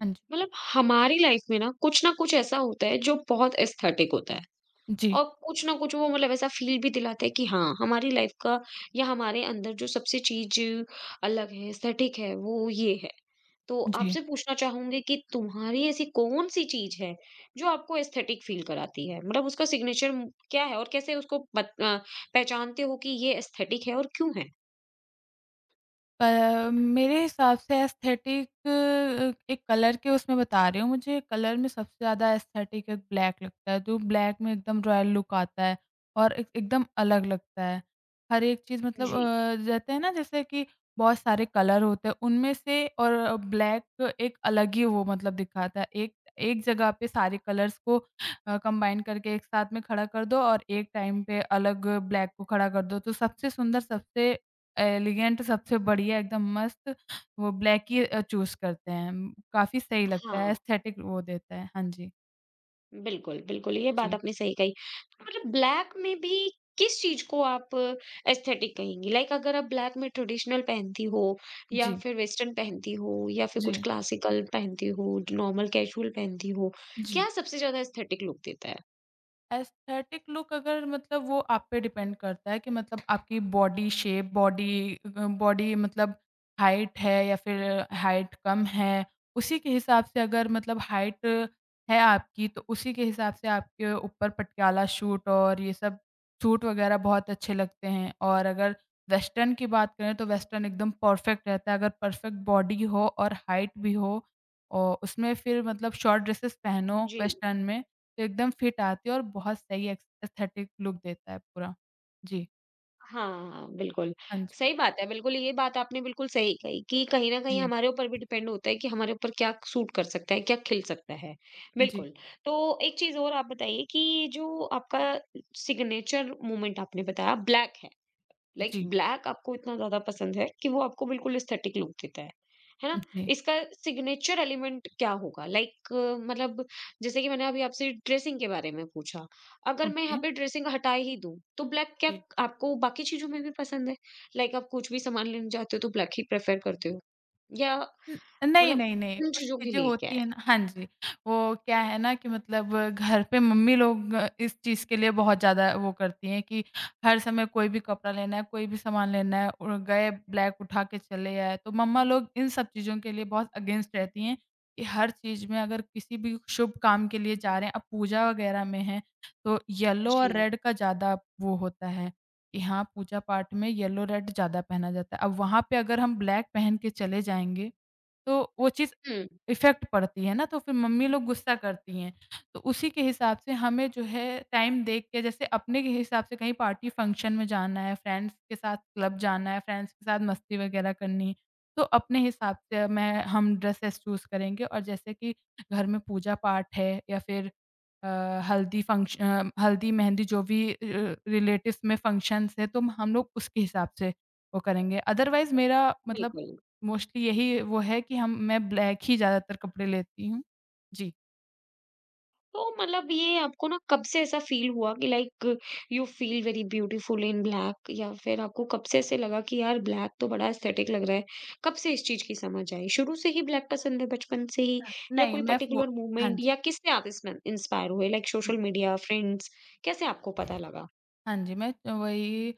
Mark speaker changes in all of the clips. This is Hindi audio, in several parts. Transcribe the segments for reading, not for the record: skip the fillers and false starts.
Speaker 1: हाँ जी।
Speaker 2: मतलब हमारी लाइफ में ना कुछ ऐसा होता है जो बहुत एस्थेटिक होता है।
Speaker 1: जी,
Speaker 2: और कुछ ना कुछ वो मतलब ऐसा फील भी दिलाता है कि हाँ हमारी लाइफ का या हमारे अंदर जो सबसे चीज अलग है, एस्थेटिक है, वो ये है। तो
Speaker 1: जी।
Speaker 2: आपसे पूछना चाहूंगी कि तुम्हारी ऐसी कौन सी चीज है जो आपको एस्थेटिक फील कराती है? मतलब उसका सिग्नेचर क्या है और कैसे उसको पहचानते हो कि ये एस्थेटिक है और क्यों है?
Speaker 1: मेरे हिसाब से एस्थेटिक एक कलर के उसमें बता रही हूँ, मुझे कलर में सबसे ज़्यादा एस्थेटिक एक ब्लैक लगता है, जो ब्लैक में एकदम रॉयल लुक आता है और एक एकदम अलग लगता है। हर एक चीज़ मतलब
Speaker 2: जी।
Speaker 1: रहते हैं ना जैसे कि बहुत सारे कलर होते हैं, उनमें से और ब्लैक एक अलग ही वो मतलब दिखाता है। एक एक जगह पे सारे कलर्स को कंबाइन करके एक साथ में खड़ा कर दो और एक टाइम पे अलग ब्लैक को खड़ा कर दो, तो सबसे सुंदर, सबसे एलिगेंट सबसे बढ़िया एकदम मस्त वो ब्लैक ही चूज़ करते हैं। काफ़ी सही लगता है
Speaker 2: हाँ,
Speaker 1: एस्थेटिक वो देता है। हाँ जी।
Speaker 2: बिल्कुल, बिल्कुल, ये बात
Speaker 1: जी।
Speaker 2: आपने सही कही। तो मतलब ब्लैक में भी किस चीज़ को आप एस्थेटिक कहेंगी? लाइक अगर आप ब्लैक में ट्रेडिशनल पहनती हो या
Speaker 1: जी।
Speaker 2: फिर वेस्टर्न पहनती हो या फिर कुछ
Speaker 1: जी।
Speaker 2: क्लासिकल पहनती हो, नॉर्मल कैजुअल पहनती हो,
Speaker 1: जी।
Speaker 2: क्या सबसे ज़्यादा एस्थेटिक लुक देता है?
Speaker 1: एस्थेटिक लुक अगर मतलब वो आप पे डिपेंड करता है कि मतलब आपकी बॉडी शेप, बॉडी बॉडी मतलब हाइट है या फिर हाइट कम है, उसी के हिसाब से अगर मतलब हाइट है आपकी तो उसी के हिसाब से आपके ऊपर पटियाला सूट और ये सब सूट वगैरह बहुत अच्छे लगते हैं। और अगर वेस्टर्न की बात करें तो वेस्टर्न एकदम परफेक्ट रहता है, अगर परफेक्ट बॉडी हो और हाइट भी हो और उसमें फिर मतलब शॉर्ट ड्रेसेस पहनो
Speaker 2: जी।
Speaker 1: वेस्टर्न में एकदम फिट आती है और बहुत सही एस एस्थेटिक लुक देता है पूरा। जी।
Speaker 2: हाँ, बिल्कुल।
Speaker 1: हाँ जी।
Speaker 2: सही बात है, बिल्कुल ये बात आपने बिल्कुल सही कही कि कहीं न कहीं
Speaker 1: जी।
Speaker 2: हमारे ऊपर भी डिपेंड होता है कि हमारे ऊपर क्या सूट कर सकता है, क्या खिल सकता है।
Speaker 1: जी।
Speaker 2: बिल्कुल, तो एक चीज़ और आप बताइए कि जो आपका सिग्नेचर मूवमेंट आपने बताया ब्लैक है, लाइक
Speaker 1: जी।
Speaker 2: ब्लैक आपको इतना ज़्यादा पसंद है कि वो आपको बिल्कुल एस्थेटिक लुक देता है ना?
Speaker 1: जी।
Speaker 2: इसका सिग्नेचर एलिमेंट क्या होगा? लाइक मतलब जैसे कि मैंने अभी आपसे ड्रेसिंग के बारे में पूछा, अगर मैं
Speaker 1: ओके।
Speaker 2: यहाँ पे ड्रेसिंग हटा ही दूँ, तो ब्लैक क्या
Speaker 1: जी।
Speaker 2: आपको बाकी चीज़ों में भी पसंद है? लाइक आप कुछ भी सामान लेने जाते हो तो ब्लैक ही प्रेफ़र करते हो? या
Speaker 1: हुँ, नहीं,
Speaker 2: मतलब
Speaker 1: नहीं, नहीं,
Speaker 2: उन
Speaker 1: कुछ
Speaker 2: चीज़ों के
Speaker 1: चीज़ें
Speaker 2: लिए क्या
Speaker 1: होती
Speaker 2: है?
Speaker 1: हैं ना हाँ जी, वो क्या है ना कि मतलब घर पे मम्मी लोग इस चीज़ के लिए बहुत ज़्यादा वो करती हैं कि हर समय कोई भी कपड़ा लेना है, कोई भी सामान लेना है और गए ब्लैक उठा के चले आए, तो मम्मा लोग इन सब चीज़ों के लिए बहुत अगेंस्ट रहती हैं कि हर चीज़ में अगर किसी भी शुभ काम के लिए जा रहे हैं, अब पूजा वगैरह में हैं, तो येलो
Speaker 2: जी।
Speaker 1: और रेड का ज़्यादा वो होता है कि हाँ, पूजा पाठ में येलो रेड ज़्यादा पहना जाता है। अब वहाँ पे अगर हम ब्लैक पहन के चले जाएँगे तो वो चीज़
Speaker 2: हुँ,
Speaker 1: इफ़ेक्ट पड़ती है ना, तो फिर मम्मी लोग गुस्सा करती हैं। तो उसी के हिसाब से हमें जो है टाइम देख के जैसे अपने के हिसाब से कहीं पार्टी फंक्शन में जाना है, फ्रेंड्स के साथ क्लब जाना है, फ्रेंड्स के साथ मस्ती वगैरह करनी है, तो अपने हिसाब से मैं हम ड्रेसेस चूज़ करेंगे और जैसे कि घर में पूजा-पाठ है या फिर अ, हल्दी, मेहंदी जो भी रिलेटिव्स में फंक्शन्स हैं, तो हम लोग उसके हिसाब से वो करेंगे। अदरवाइज़ मेरा मतलब
Speaker 2: बिल्कुल।
Speaker 1: मोस्टली यही वो है कि हम मैं ब्लैक ही ज़्यादातर कपड़े लेती हूँ। जी।
Speaker 2: तो मतलब ये आपको ना कब से ऐसा फील हुआ कि like you feel very beautiful in black, या फिर आपको कब से ऐसे लगा कि यार ब्लैक तो बड़ा एस्थेटिक लग रहा है? कब से इस चीज की समझ आई? शुरू से ही ब्लैक पसंद है बचपन से ही, या
Speaker 1: नहीं
Speaker 2: कोई
Speaker 1: मैं फ़ो
Speaker 2: पर्टिकुलर
Speaker 1: हाँ
Speaker 2: मूवमेंट
Speaker 1: जी।
Speaker 2: या किससे आप इसमें इंस्पायर हुए? लाइक सोशल मीडिया, फ्रेंड्स, कैसे आपको पता लगा?
Speaker 1: हाँ जी, मैं वही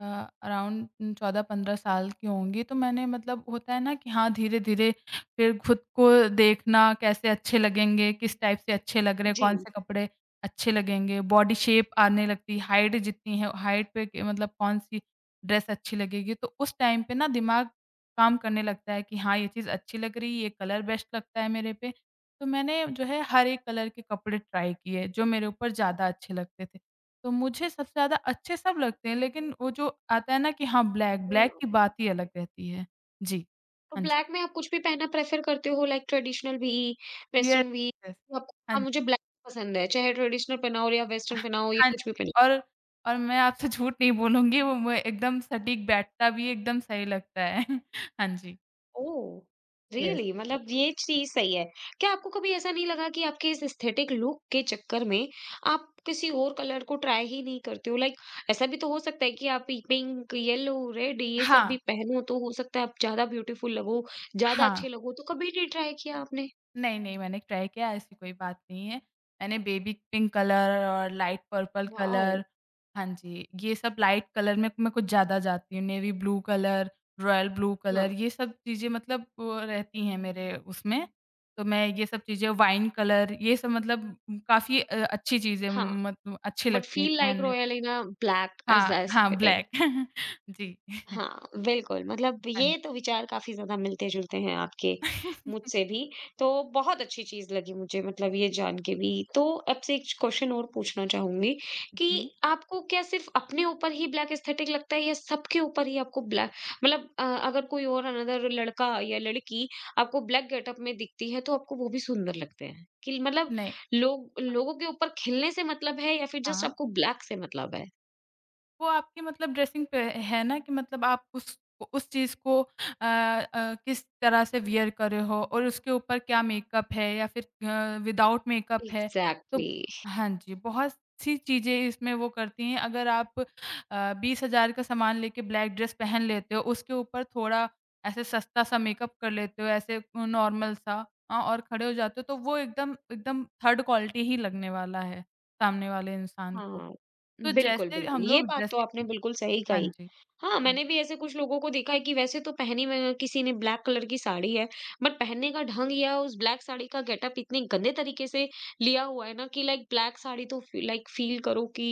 Speaker 1: अ, अराउंड 14-15 साल की होंगी, तो मैंने मतलब होता है ना कि हाँ, धीरे-धीरे फिर खुद को देखना कैसे अच्छे लगेंगे, किस टाइप से अच्छे लग रहे हैं,
Speaker 2: जी।
Speaker 1: कौन-से कपड़े अच्छे लगेंगे, बॉडी शेप आने लगती है, हाइट जितनी है, हाइट पे क मतलब कौन-सी ड्रेस अच्छी लगेगी। तो उस टाइम पे ना दिमाग काम करने लगता है कि हाँ, ये चीज़ अच्छी लग रही है, ये कलर बेस्ट लगता है मेरे पे। तो मैंने जो है हर एक कलर के कपड़े ट्राई किए, जो मेरे ऊपर ज़्यादा अच्छे लगते थे। तो मुझे सबसे ज़्यादा अच्छे सब लगते हैं, लेकिन वो जो आता है ना कि हाँ, ब्लैक, ब्लैक
Speaker 2: हम्म,
Speaker 1: की बात ही अलग रहती है। जी।
Speaker 2: तो
Speaker 1: हाँ जी।
Speaker 2: ब्लैक में आप कुछ भी पहनना प्रेफर करते हो लाइक ट्रेडिशनल भी,
Speaker 1: यस,
Speaker 2: वेस्टर्न भी?
Speaker 1: यस।
Speaker 2: आपको
Speaker 1: हाँ
Speaker 2: हाँ
Speaker 1: जी।
Speaker 2: मुझे ब्लैक पसंद है चाहे ट्रेडिशनल पहनाओ या वेस्टर्न पहनाओ या
Speaker 1: हाँ
Speaker 2: कुछ भी।
Speaker 1: जी, और मैं आपसे झूठ नहीं बोलूँगी, वो मैं एकदम सटीक बैठता भी एकदम सही लगता है। हाँ जी।
Speaker 2: ओह!
Speaker 1: यस।
Speaker 2: रियली, मतलब ये चीज़ सही है। क्या आपको कभी ऐसा नहीं लगा कि आपके इस एस्थेटिक लुक के चक्कर में आप किसी और कलर को ट्राई ही नहीं करते हो? लाइक ऐसा भी तो हो सकता है कि आप ये पिंक, येलो, रेड ये सब भी
Speaker 1: हाँ,
Speaker 2: पहनो तो हो सकता है आप ज़्यादा ब्यूटीफुल लगो, ज़्यादा
Speaker 1: हाँ।
Speaker 2: अच्छे लगो, तो कभी नहीं ट्राई किया आपने?
Speaker 1: नहीं, नहीं, मैंने ट्राई किया ऐसी कोई बात नहीं है। मैंने बेबी पिंक कलर और लाइट पर्पल
Speaker 2: वॉव!
Speaker 1: कलर हाँ जी, ये सब लाइट कलर में मैं कुछ ज़्यादा जाती हूँ। Navy blue colour, royal blue colour
Speaker 2: हाँ,
Speaker 1: ये सब चीज़ें मतलब वो रहती हैं मेरे उसमें। तो मैं ये सब चीज़ें वाइन कलर ये सब मतलब काफ़ी अच्छी चीज़ें
Speaker 2: हाँ,
Speaker 1: मतलब अच्छी
Speaker 2: बट
Speaker 1: लगती हैं
Speaker 2: फील लाइक
Speaker 1: पहनने पे।
Speaker 2: Royal in a black as
Speaker 1: हाँ,
Speaker 2: अ
Speaker 1: हाँ
Speaker 2: एस्थेटिक।
Speaker 1: ब्लैक जी।
Speaker 2: हाँ, बिल्कुल, मतलब
Speaker 1: हाँ
Speaker 2: ये
Speaker 1: जी।
Speaker 2: तो विचार काफ़ी ज़्यादा मिलते-जुलते हैं आपके मुझसे भी, तो बहुत अच्छी चीज़ लगी मुझे मतलब ये जान के भी। तो आपसे एक क्वेश्चन और पूछना चाहूँगी कि
Speaker 1: जी।
Speaker 2: आपको क्या सिर्फ़ अपने ऊपर ही ब्लैक एस्थेटिक लगता है या सबके ऊपर ही आपको ब्लैक मतलब अगर कोई और अनदर लड़का या लड़की आपको ब्लैक गेटअप में दिखती है, तो आपको वो भी सुंदर लगते हैं? कि मतलब
Speaker 1: नहीं।
Speaker 2: लोग लोगों के ऊपर खिलने से मतलब है या फिर जस्ट
Speaker 1: हाँ।
Speaker 2: आपको ब्लैक से मतलब है?
Speaker 1: वो आपके मतलब ड्रेसिंग पे है ना कि मतलब आप उस चीज़ को किस तरह से वियर कर रहे हो और उसके ऊपर क्या मेकअप है या फिर विदाउट मेकअप है। तो
Speaker 2: एग्ज़ैक्टली।
Speaker 1: हाँ जी, बहुत सी चीज़ें इसमें वो करती हैं। अगर आप 20,000 का सामान लेके ब्लैक ड्रेस पहन लेते हो, उसके ऊपर थोड़ा ऐसे सस्ता-सा मेकअप कर लेते हो, ऐसे नॉर्मल सा और खड़े हो जाते हो, तो वो एकदम एकदम थर्ड क्वालिटी ही लगने वाला है, सामने वाले इंसान को।
Speaker 2: हाँ,
Speaker 1: तो
Speaker 2: बिल्कुल,
Speaker 1: जैसे
Speaker 2: बिल्कुल,
Speaker 1: हम
Speaker 2: ये
Speaker 1: लोग
Speaker 2: बात तो आपने
Speaker 1: ड्रेसिंग
Speaker 2: बिल्कुल सही
Speaker 1: हाँ
Speaker 2: कही।
Speaker 1: जी।
Speaker 2: हाँ,
Speaker 1: हुँ।
Speaker 2: मैंने भी ऐसे कुछ लोगों को देखा है कि वैसे तो पहनी में किसी ने ब्लैक कलर की साड़ी है, बट पहनने का ढंग या उस ब्लैक साड़ी का गेटअप इतने गंदे तरीके से लिया हुआ है ना कि लाइक ब्लैक साड़ी तो फी लाइक फ़ील करो कि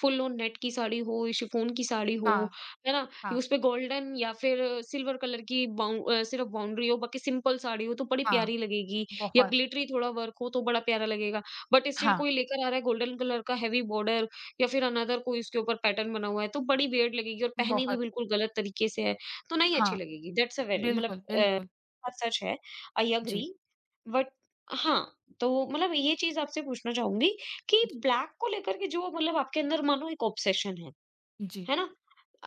Speaker 2: फुल ऑन नेट की साड़ी हो, शिफॉन की साड़ी हो,
Speaker 1: हाँ,
Speaker 2: है ना?
Speaker 1: हाँ,
Speaker 2: उसपे गोल्डन या फिर सिल्वर कलर की सिर्फ़ बाउंड्री हो, बाकी सिंपल साड़ी हो तो बड़ी
Speaker 1: हाँ,
Speaker 2: प्यारी लगेगी, या
Speaker 1: बहुत,
Speaker 2: ग्लिटरी थोड़ा वर्क हो तो बड़ा प्यारा लगेगा। बट स्टिल
Speaker 1: हाँ,
Speaker 2: कोई लेकर आ रहा है गोल्डन कलर का हेवी बॉर्डर या फिर अनदर कोई उसके ऊपर पैटर्न बना हुआ है तो बड़ी वियर्ड लगेगी, और पहनी भी
Speaker 1: बहुत,
Speaker 2: बिल्कुल गलत तरीके से है, तो नहीं अच्छी
Speaker 1: हाँ,
Speaker 2: लगेगी। दैट्स अ वेरी मतलब
Speaker 1: बिल्कुल, बिल्कुल।
Speaker 2: बात सच है। आई अग्री,
Speaker 1: जी,
Speaker 2: बट हाँ, तो मतलब ये चीज आपसे पूछना चाहूंगी कि
Speaker 1: जी,
Speaker 2: ब्लैक को लेकर के जो मतलब आपके अंदर मानो एक ऑब्सेशन है
Speaker 1: जी,
Speaker 2: है ना?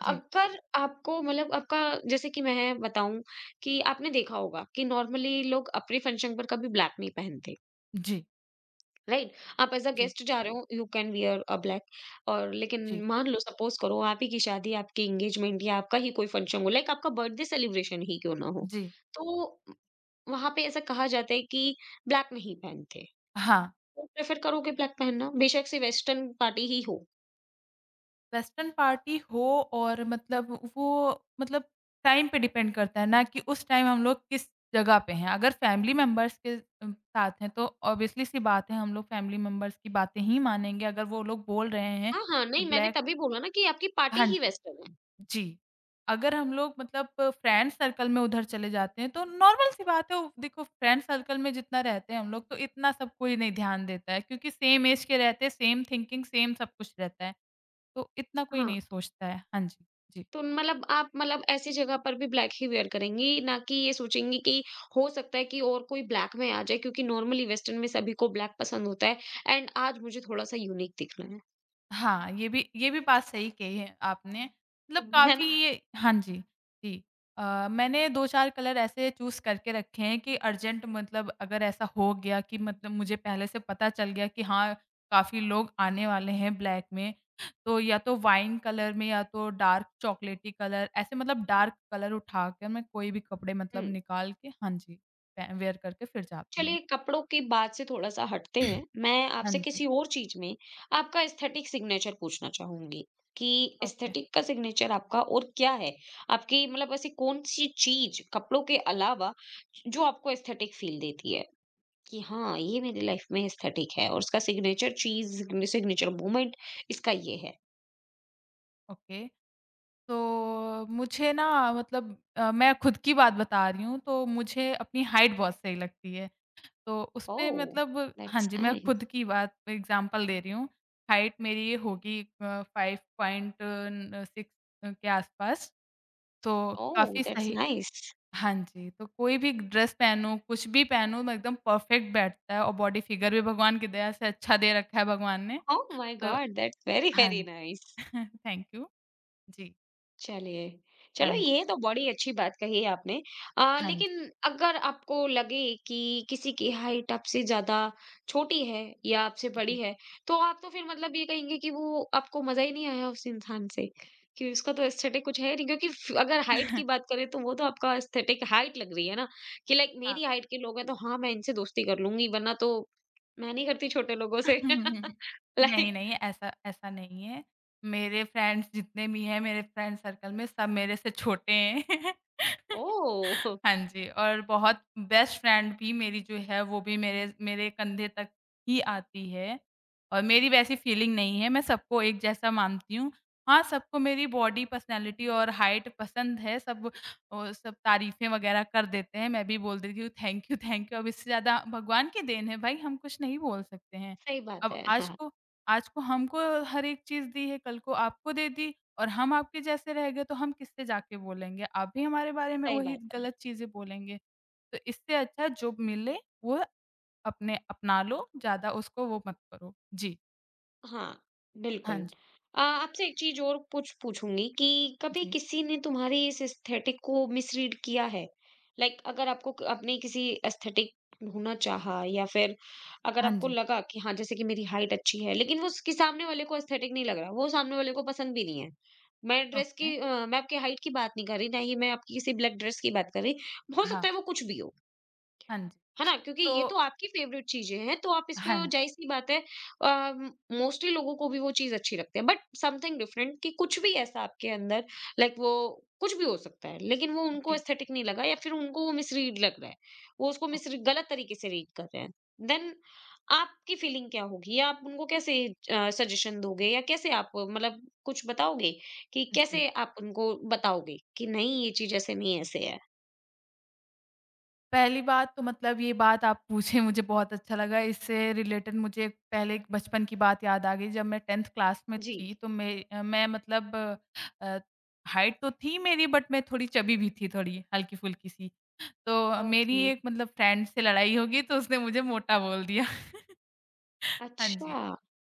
Speaker 1: जी,
Speaker 2: अगर आपको मतलब आपका जैसे कि मैं बताऊं कि आपने देखा होगा कि नॉर्मली लोग अपने फंक्शन पर कभी ब्लैक नहीं पहनते,
Speaker 1: जी,
Speaker 2: राइट? आप एज अ
Speaker 1: जी,
Speaker 2: गेस्ट जा रहे हो you can wear a black, और लेकिन
Speaker 1: जी,
Speaker 2: मान लो सपोज करो आप ही की शादी, आपकी एंगेजमेंट या आपका ही कोई फंक्शन हो, लाइक आपका बर्थडे सेलिब्रेशन ही क्यों ना हो,
Speaker 1: जी,
Speaker 2: तो वहां पे ऐसा कहा जाता है कि ब्लैक नहीं पहनते।
Speaker 1: हाँ,
Speaker 2: तो प्रेफर करोगे ब्लैक पहनना बेशक से वेस्टर्न पार्टी ही हो?
Speaker 1: वेस्टर्न पार्टी हो और मतलब वो मतलब टाइम पे डिपेंड करता है ना कि उस टाइम हम लोग किस जगह पे हैं। अगर फैमिली मेंबर्स के साथ हैं तो ऑब्वियसली सी बात है हम लोग फैमिली मेंबर्स की बातें ही मानेंगे अगर वो लोग बोल रहे हैं
Speaker 2: हाँ हाँ
Speaker 1: कि
Speaker 2: नहीं, मैंने
Speaker 1: ब्लैक
Speaker 2: तभी बोला ना कि आपकी पार्टी
Speaker 1: हाँ जी।
Speaker 2: ही वेस्टर्न है।
Speaker 1: जी। अगर हम लोग मतलब फ्रेंड सर्कल में उधर चले जाते हैं, तो नॉर्मल सी बात है वो देखो फ्रेंड सर्कल में जितना रहते हैं हम लोग, तो इतना सब कोई नहीं ध्यान देता है क्योंकि सेम ऐज के रहते हैं, सेम थिंकिंग, सेम सब कुछ रहता है। तो इतना कोई
Speaker 2: हाँ,
Speaker 1: नहीं सोचता है। हाँ जी। जी।
Speaker 2: तो मतलब आप मतलब ऐसी जगह पर भी ब्लैक ही वियर करेंगी, ना कि ये सोचेंगी कि हो सकता है कि और कोई ब्लैक में आ जाए क्योंकि नॉर्मली वेस्टर्न में सभी को ब्लैक पसंद होता है, एंड आज मुझे थोड़ा-सा यूनिक दिखना है।
Speaker 1: हाँ, ये भी बात सही कही है आपने। मतलब
Speaker 2: है ना?
Speaker 1: काफ़ी हाँ जी, जी। मैंने 2-4 कलर ऐसे चूज़ करके रखे हैं कि अर्जेंट मतलब अगर ऐसा हो गया कि मतलब मुझे पहले से पता चल गया कि हाँ, काफ़ी लोग आने वाले हैं ब्लैक में, तो या तो वाइन कलर में या तो डार्क चॉकलेटी कलर, ऐसे मतलब डार्क कलर उठाकर मैं कोई भी कपड़े
Speaker 2: हुँ,
Speaker 1: मतलब निकाल के हाँ जी, पह वेयर करके फिर जाती हूँ।
Speaker 2: चलिए कपड़ों की बात से थोड़ा-सा हटते हैं। मैं
Speaker 1: हाँ
Speaker 2: आपसे
Speaker 1: जी,
Speaker 2: किसी और चीज़ में आपका एस्थेटिक सिग्नेचर पूछना चाहूँगी कि
Speaker 1: ओके,
Speaker 2: एस्थेटिक का सिग्नेचर आपका और क्या है? आपकी मतलब ऐसी कौन-सी चीज़ कपड़ों के अलावा जो आपको एस्थेटिक फ़ील देती है? कि हाँ, ये मेरी लाइफ में एस्थेटिक है और उसका सिग्नेचर चीज़, सिग्नेचर मोमेंट इसका ये है।
Speaker 1: ओके। तो मुझे ना मतलब मैं खुद की बात बता रही हूँ, तो मुझे अपनी हाइट बहुत सही लगती है। तो उसपे
Speaker 2: ओह!
Speaker 1: मतलब हाँ
Speaker 2: दैट्स
Speaker 1: जी, मैं
Speaker 2: नाइस।
Speaker 1: खुद की बात एग्ज़ाम्पल दे रही हूँ। हाइट मेरी होगी 5.6 के आसपास, तो
Speaker 2: ओह!
Speaker 1: काफ़ी
Speaker 2: दैट्स
Speaker 1: सही
Speaker 2: नाइस।
Speaker 1: हाँ जी, तो कोई भी ड्रेस पहनूँ, कुछ भी पहनूँ, मैं एकदम परफ़ेक्ट बैठता है और बॉडी फिगर भी भगवान की दया से अच्छा दे रखा है भगवान ने।
Speaker 2: ओह माय
Speaker 1: तो
Speaker 2: गॉड! दैट्स वेरी,
Speaker 1: हाँ,
Speaker 2: वेरी नाइस।
Speaker 1: Thank you. जी,
Speaker 2: चलिए,
Speaker 1: हाँ
Speaker 2: चलो
Speaker 1: जी,
Speaker 2: ये तो बड़ी अच्छी बात कही आपने।
Speaker 1: हाँ जी,
Speaker 2: लेकिन अगर आपको लगे कि किसी की हाइट आपसे ज़्यादा छोटी है या आपसे बड़ी
Speaker 1: जी।
Speaker 2: है, तो आप तो फिर मतलब ये कहेंगे कि वो आपको मज़ा ही नहीं आया उस इंसान से, कि उसका तो एस्थेटिक कुछ है ही नहीं, क्योंकि फ अगर हाइट की बात करें तो वो तो आपका एस्थेटिक हाइट लग रही है ना, कि लाइक
Speaker 1: हाँ
Speaker 2: मेरी हाइट के लोग हैं तो हाँ, मैं इनसे दोस्ती कर लूँगी वरना तो मैं नहीं करती छोटे लोगों से।
Speaker 1: नहीं,
Speaker 2: लाइक
Speaker 1: नहीं, ऐसा ऐसा नहीं है। मेरे फ्रेंड्स जितने भी हैं, मेरे फ्रेंड सर्कल में सब मेरे से छोटे हैं।
Speaker 2: ओह!
Speaker 1: हाँ जी, और बहुत बेस्ट फ्रेंड भी मेरी जो है, वो भी मेरे मेरे कंधे तक ही आती है और मेरी वैसी फीलिंग नहीं है, मैं सबको एक जैसा मानती हूँ। हाँ, सबको मेरी बॉडी, पर्सनैलिटी और हाइट पसंद है, सब सब तारीफ़ें वगैरह कर देते हैं, मैं भी बोल देती हूँ, "थैंक यू, थैंक यू।" अब इससे ज़्यादा भगवान की देन है भाई, हम कुछ नहीं बोल सकते हैं।
Speaker 2: सही बात
Speaker 1: अब
Speaker 2: है। हाँ,
Speaker 1: आज को हमको हर एक चीज़ दी है, कल को आपको दे दी और हम आपके जैसे रह गए, तो हम किससे जाके बोलेंगे? आप भी हमारे बारे में
Speaker 2: सही
Speaker 1: वही
Speaker 2: बात है।
Speaker 1: गलत चीज़ें बोलेंगे। तो इससे अच्छा है जो मिले वो अपने अपना लो, ज़्यादा उसको वो मत करो। जी।
Speaker 2: हाँ, बिल्कुल।
Speaker 1: हाँ जी,
Speaker 2: आपसे एक चीज़ और कुछ पूछूँगी कि कभी
Speaker 1: जी।
Speaker 2: किसी ने तुम्हारी इस एस्थेटिक को मिसरीड किया है? लाइक अगर आपको क अपने किसी एस्थेटिक होना चाहा या फिर अगर
Speaker 1: हाँ
Speaker 2: आपको
Speaker 1: जी।
Speaker 2: लगा कि हाँ, जैसे कि मेरी हाइट अच्छी है, लेकिन वो उसके सामने वाले को एस्थेटिक नहीं लग रहा, वो सामने वाले को पसंद भी नहीं है। मैं ड्रेस
Speaker 1: ओके।
Speaker 2: की मैं आपकी हाइट की बात नहीं कर रही, ना ही मैं आपकी किसी ब्लैक ड्रेस की बात कर रही, हो
Speaker 1: हाँ।
Speaker 2: सकता है वो कुछ भी हो।
Speaker 1: हाँ जी।
Speaker 2: है ना? क्योंकि
Speaker 1: तो
Speaker 2: ये तो आपकी फ़ेवरेट चीज़ें हैं, तो आप
Speaker 1: हाँ
Speaker 2: इसमें
Speaker 1: जी।
Speaker 2: ज़ाहिर-सी बात है अ, मोस्टली लोगों को भी वो चीज़ अच्छी लगती है। बट समथिंग डिफरेंट कि कुछ भी ऐसा आपके अंदर लाइक वो कुछ भी हो सकता है, लेकिन वो उनको
Speaker 1: जी।
Speaker 2: एस्थेटिक नहीं लगा या फिर उनको वो मिसरीड लग रहा है। वो उसको
Speaker 1: ओके।
Speaker 2: मिसरी गलत तरीके से रीड कर रहे हैं। देन आपकी फीलिंग क्या होगी या आप उनको कैसे सजेशन दोगे या कैसे आप मतलब कुछ बताओगे कि
Speaker 1: जी।
Speaker 2: कैसे आप उनको बताओगे कि नहीं ये चीज़ ऐसे नहीं ऐसे है?
Speaker 1: पहली बात तो मतलब ये बात आप पूछे मुझे बहुत अच्छा लगा। इससे रिलेटेड मुझे एक पहले एक बचपन की बात याद आ गई। जब मैं 10th क्लास में
Speaker 2: जी।
Speaker 1: थी
Speaker 2: जी।
Speaker 1: तो मैं मतलब अ, हाइट तो थी मेरी बट मैं थोड़ी चबी भी थी थोड़ी हल्की-फुल्की सी। तो मेरी
Speaker 2: ओके।
Speaker 1: एक मतलब फ्रेंड से लड़ाई हो गई तो उसने मुझे मोटा बोल दिया। हाँ
Speaker 2: अच्छा।
Speaker 1: जी।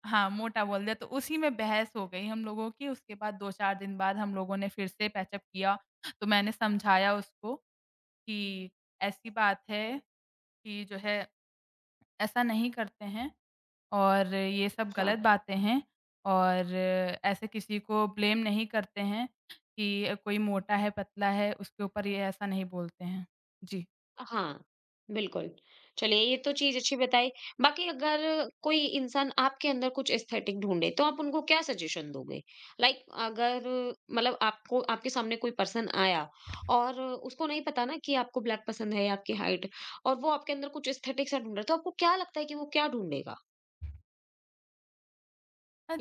Speaker 1: हाँ, मोटा बोल दिया तो उसी में बहस हो गई हम लोगों की। उसके बाद 2-4 दिन बाद हम लोगों ने फिर से पैचअप किया। तो मैंने समझाया उसको कि ऐसी बात है कि जो है ऐसा नहीं करते हैं और ये सब
Speaker 2: अच्छा।
Speaker 1: गलत बातें हैं और ऐसे किसी को ब्लेम नहीं करते हैं कि कोई मोटा है, पतला है, उसके ऊपर ये ऐसा नहीं बोलते हैं। जी।
Speaker 2: हाँ, बिल्कुल। चलिए ये तो चीज़ अच्छी बताई। बाकी अगर कोई इंसान आपके अंदर कुछ एस्थेटिक ढूँढे, तो आप उनको क्या सजेशन दोगे? लाइक अगर मतलब आपको आपके सामने कोई पर्सन आया और उसको नहीं पता ना कि आपको ब्लैक पसंद है या आपकी हाइट और वो आपके अंदर कुछ एस्थेटिक सा ढूँढ रहा है, तो आपको क्या लगता है कि वो क्या ढूँढेगा?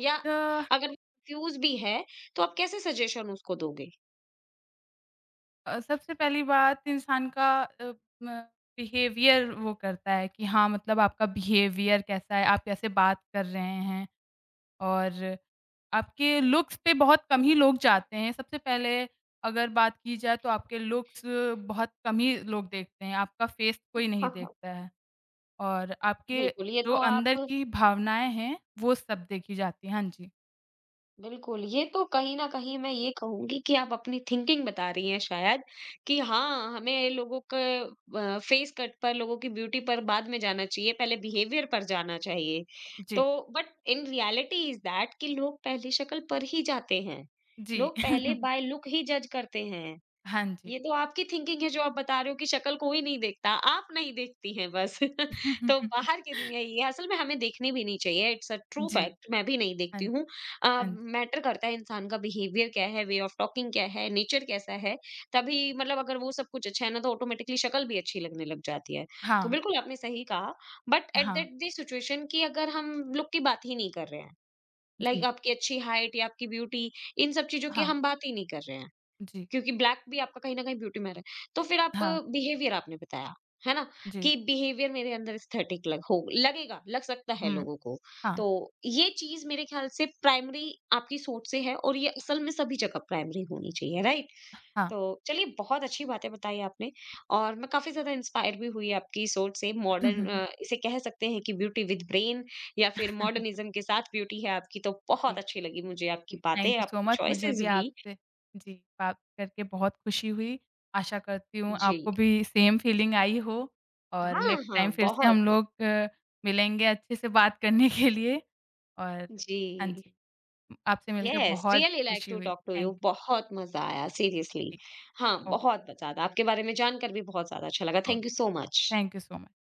Speaker 2: या अगर वो कंफ्यूज़ भी है, तो आप कैसे सजेशन उसको दोगे?
Speaker 1: सबसे पहली बात इंसान का अ, म बिहेवियर वो करता है कि हाँ, मतलब आपका बिहेवियर कैसा है, आप कैसे बात कर रहे हैं। और आपके लुक्स पे बहुत कम ही लोग जाते हैं। सबसे पहले अगर बात की जाए तो आपके लुक्स बहुत कम ही लोग देखते हैं, आपका फेस कोई नहीं
Speaker 2: हाँ, हाँ।
Speaker 1: देखता है और आपके
Speaker 2: बिल्कुल, ये
Speaker 1: जो
Speaker 2: तो
Speaker 1: अंदर
Speaker 2: आप
Speaker 1: की भावनाएँ हैं, वो सब देखी जाती हैं। हाँ जी।
Speaker 2: बिल्कुल, ये तो कहीं न कहीं मैं ये कहूँगी कि आप अपनी थिंकिंग बता रही हैं शायद कि हाँ, हमें लोगों के फेस कट पर, लोगों की ब्यूटी पर बाद में जाना चाहिए, पहले बिहेवियर पर जाना चाहिए।
Speaker 1: जी।
Speaker 2: तो but in reality is that कि लोग पहली शक्ल पर ही जाते हैं।
Speaker 1: जी।
Speaker 2: लोग पहले बाय लुक ही जज करते हैं।
Speaker 1: हाँ जी।
Speaker 2: ये तो आपकी थिंकिंग है जो आप बता रहे हो कि शक्ल कोई नहीं देखता, आप नहीं देखती हैं बस। तो बाहर की दुनिया ये है, असल में हमें देखनी भी नहीं चाहिए, इट्स अ ट्रू
Speaker 1: जी।
Speaker 2: फैक्ट मैं भी नहीं
Speaker 1: हाँ
Speaker 2: देखती
Speaker 1: जी,
Speaker 2: हूँ। अ,
Speaker 1: हाँ जी।
Speaker 2: मैटर करता है इंसान का बिहेवियर क्या है, वे ऑफ टॉकिंग क्या है, नेचर कैसा है, तभी मतलब अगर वो सब कुछ अच्छा है ना तो ऑटोमेटिकली शक्ल भी अच्छी लगने लग जाती है। तो
Speaker 1: हाँ,
Speaker 2: बिल्कुल आपने सही कहा, बट एट
Speaker 1: हाँ।
Speaker 2: दैट द सिचुएशन कि अगर हम लुक की बात ही नहीं कर रहे हैं, लाइक
Speaker 1: जी।
Speaker 2: आपकी अच्छी हाइट या आपकी ब्यूटी, इन सब चीज़ों की
Speaker 1: हाँ,
Speaker 2: हम बात ही नहीं कर रहे हैं।
Speaker 1: जी।
Speaker 2: क्योंकि ब्लैक भी आपका कहीं न कहीं ब्यूटी में आ रहा है। तो फिर आप
Speaker 1: हाँ,
Speaker 2: बिहेवियर आपने बताया, है ना?
Speaker 1: जी।
Speaker 2: कि बिहेवियर मेरे अंदर एस्थेटिक लग हो लगेगा, लग सकता है
Speaker 1: हुँ।
Speaker 2: लोगों को।
Speaker 1: हाँ,
Speaker 2: तो ये चीज़ मेरे ख्याल से प्राइमरी आपकी सोच से है और ये असल में सभी जगह प्राइमरी होनी चाहिए, राइट?
Speaker 1: हाँ।
Speaker 2: तो चलिए बहुत अच्छी बातें बताई आपने, और मैं काफ़ी ज़्यादा इंस्पायर भी हुई आपकी सोच से। मॉडर्न इसे कह सकते हैं कि ब्यूटी विद ब्रेन या फिर मॉडर्निज़्म के साथ ब्यूटी है आपकी, तो
Speaker 1: जी।
Speaker 2: बहुत अच्छी लगी मुझे आपकी
Speaker 1: जी, थैंक
Speaker 2: बातें,
Speaker 1: यू सो
Speaker 2: आपकी
Speaker 1: मच। मुझे
Speaker 2: चॉइसेस
Speaker 1: भी
Speaker 2: भी।
Speaker 1: आपसे जी, बात करके बहुत खुशी हुई। आशा करती हूँ
Speaker 2: जी।
Speaker 1: आपको भी सेम फीलिंग आई हो और
Speaker 2: हाँ,
Speaker 1: नेक्स्ट
Speaker 2: हाँ,
Speaker 1: टाइम फिर से हम
Speaker 2: बहुत।
Speaker 1: लोग मिलेंगे अच्छे से बात करने के लिए और
Speaker 2: जी,
Speaker 1: हाँ जी, आपसे मिलकर
Speaker 2: यस
Speaker 1: बहुत
Speaker 2: रियली लाइक
Speaker 1: खुशी
Speaker 2: टू
Speaker 1: हुई।
Speaker 2: Talk to you,
Speaker 1: thank you.
Speaker 2: बहुत मज़ा आया सीरियसली।
Speaker 1: जी,
Speaker 2: हाँ,
Speaker 1: ओके,
Speaker 2: बहुत ब ज़्यादा आपके बारे में जानकर भी बहुत ज़्यादा अच्छा लगा।
Speaker 1: Okay.
Speaker 2: Thank you so much.
Speaker 1: Thank you so much.